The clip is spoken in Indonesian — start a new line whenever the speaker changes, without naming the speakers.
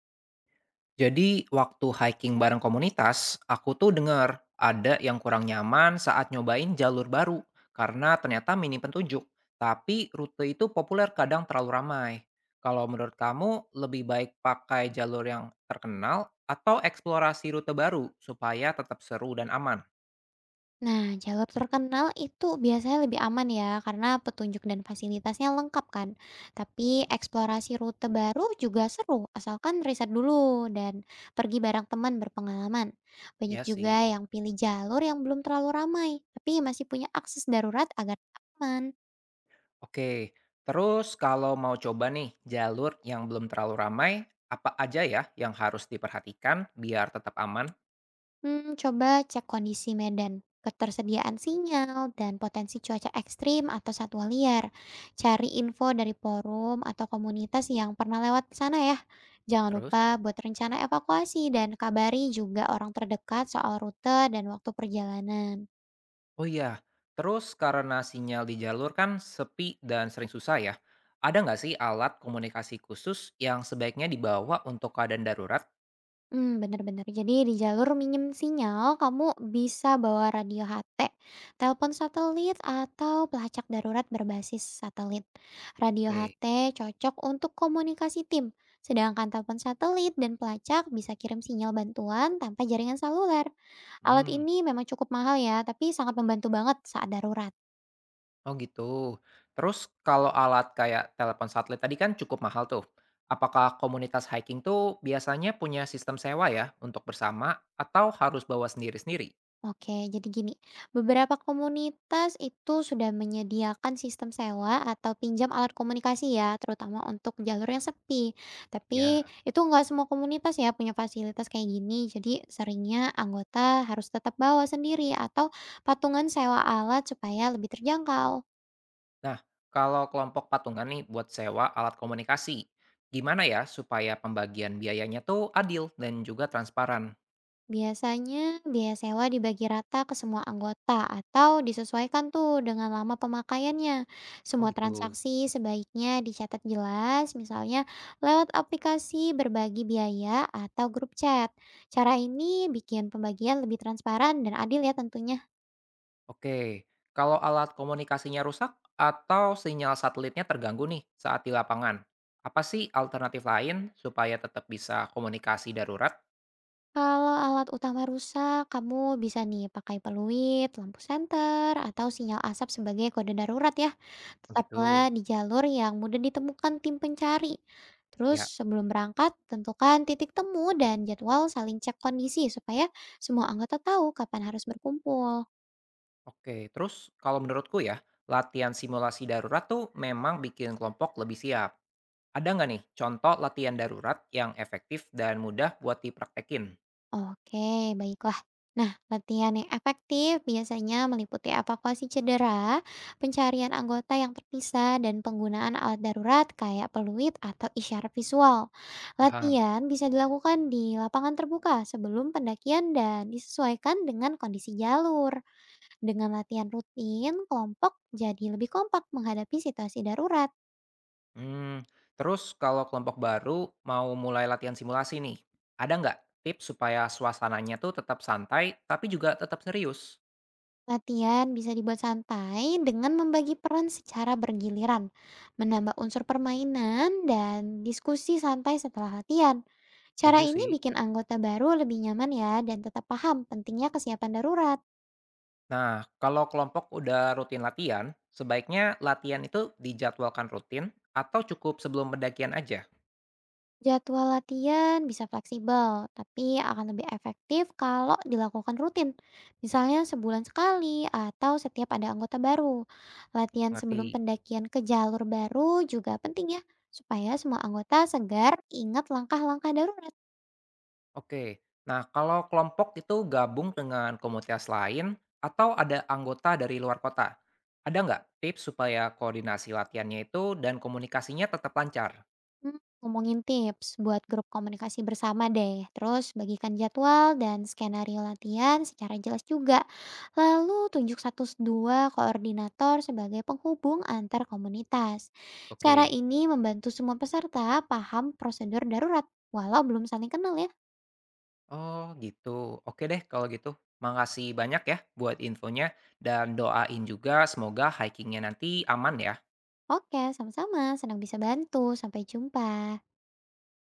Jadi waktu hiking bareng komunitas, aku tuh dengar ada yang kurang nyaman saat nyobain jalur baru karena ternyata minim petunjuk. Tapi rute itu populer kadang terlalu ramai. Kalau menurut kamu lebih baik pakai jalur yang terkenal atau eksplorasi rute baru supaya tetap seru dan aman?
Nah, jalur terkenal itu biasanya lebih aman ya, karena petunjuk dan fasilitasnya lengkap kan. Tapi eksplorasi rute baru juga seru, asalkan riset dulu dan pergi bareng teman berpengalaman. Banyak
Ya sih.
juga yang pilih jalur yang belum terlalu ramai, tapi masih punya akses darurat agar aman.
Oke, terus kalau mau coba nih jalur yang belum terlalu ramai, apa aja ya yang harus diperhatikan biar tetap aman?
Coba cek kondisi medan, ketersediaan sinyal, dan potensi cuaca ekstrim atau satwa liar. Cari info dari forum atau komunitas yang pernah lewat di sana ya. Jangan
Terus?
lupa buat rencana evakuasi dan kabari juga orang terdekat soal rute dan waktu perjalanan.
Oh iya, terus karena sinyal di jalur kan sepi dan sering susah ya, ada nggak sih alat komunikasi khusus yang sebaiknya dibawa untuk keadaan darurat?
Bener-bener. Jadi di jalur minim sinyal kamu bisa bawa radio HT, telepon satelit, atau pelacak darurat berbasis satelit. Radio
Oke.
HT cocok untuk komunikasi tim, sedangkan telepon satelit dan pelacak bisa kirim sinyal bantuan tanpa jaringan seluler. Alat
Hmm.
ini memang cukup mahal ya, tapi sangat membantu banget saat darurat.
Oh gitu. Terus kalau alat kayak telepon satelit tadi kan cukup mahal tuh. Apakah komunitas hiking tuh biasanya punya sistem sewa ya untuk bersama atau harus bawa sendiri-sendiri?
Oke, jadi gini, beberapa komunitas itu sudah menyediakan sistem sewa atau pinjam alat komunikasi ya, terutama untuk jalur yang sepi. Tapi
Ya.
itu nggak semua komunitas ya punya fasilitas kayak gini, jadi seringnya anggota harus tetap bawa sendiri atau patungan sewa alat supaya lebih terjangkau.
Nah, kalau kelompok patungan nih buat sewa alat komunikasi, gimana ya supaya pembagian biayanya tuh adil dan juga transparan?
Biasanya biaya sewa dibagi rata ke semua anggota atau disesuaikan tuh dengan lama pemakaiannya.
Oh
Semua
gitu.
transaksi sebaiknya dicatat jelas, misalnya lewat aplikasi berbagi biaya atau grup chat. Cara ini bikin pembagian lebih transparan dan adil ya tentunya.
Oke, kalau alat komunikasinya rusak atau sinyal satelitnya terganggu nih saat di lapangan, apa sih alternatif lain supaya tetap bisa komunikasi darurat?
Kalau alat utama rusak, kamu bisa nih pakai peluit, lampu senter, atau sinyal asap sebagai kode darurat ya.
Oh gitu.
Tetaplah di jalur yang mudah ditemukan tim pencari. Terus
Ya,
sebelum berangkat, tentukan titik temu dan jadwal saling cek kondisi supaya semua anggota tahu kapan harus berkumpul.
oke. Terus kalau menurutku ya, latihan simulasi darurat tuh memang bikin kelompok lebih siap. Ada nggak nih contoh latihan darurat yang efektif dan mudah buat dipraktekin?
Oke, baiklah. Nah, latihan yang efektif biasanya meliputi evakuasi cedera, pencarian anggota yang terpisah, dan penggunaan alat darurat kayak peluit atau isyarat visual.
Paham.
Latihan bisa dilakukan di lapangan terbuka sebelum pendakian dan disesuaikan dengan kondisi jalur. Dengan latihan rutin, kelompok jadi lebih kompak menghadapi situasi darurat.
Hmm, terus kalau kelompok baru mau mulai latihan simulasi nih, ada nggak tips supaya suasananya tuh tetap santai tapi juga tetap serius?
Latihan bisa dibuat santai dengan membagi peran secara bergiliran, menambah unsur permainan, dan diskusi santai setelah latihan. Cara
Setuju
ini
sih.
bikin anggota baru lebih nyaman ya dan tetap paham pentingnya kesiapan darurat.
Nah, kalau kelompok udah rutin latihan, sebaiknya latihan itu dijadwalkan rutin atau cukup sebelum pendakian aja?
Jadwal latihan bisa fleksibel, tapi akan lebih efektif kalau dilakukan rutin. Misalnya sebulan sekali atau setiap ada anggota baru. Latihan sebelum
Ngerti?
pendakian ke jalur baru juga penting ya, supaya semua anggota segar ingat langkah-langkah darurat.
Oke. Nah, kalau kelompok itu gabung dengan komunitas lain atau ada anggota dari luar kota, ada nggak tips supaya koordinasi latihannya itu dan komunikasinya tetap lancar?
Ngomongin tips buat grup komunikasi bersama deh. Terus bagikan jadwal dan skenario latihan secara jelas juga. Lalu tunjuk satu dua koordinator sebagai penghubung antar komunitas. Cara
Oke.
ini membantu semua peserta paham prosedur darurat walau belum saling kenal ya.
Oh, gitu. Oke deh kalau gitu. Makasih banyak ya buat infonya dan doain juga semoga hikingnya nanti aman ya.
Oke, sama-sama. Senang bisa bantu. Sampai jumpa.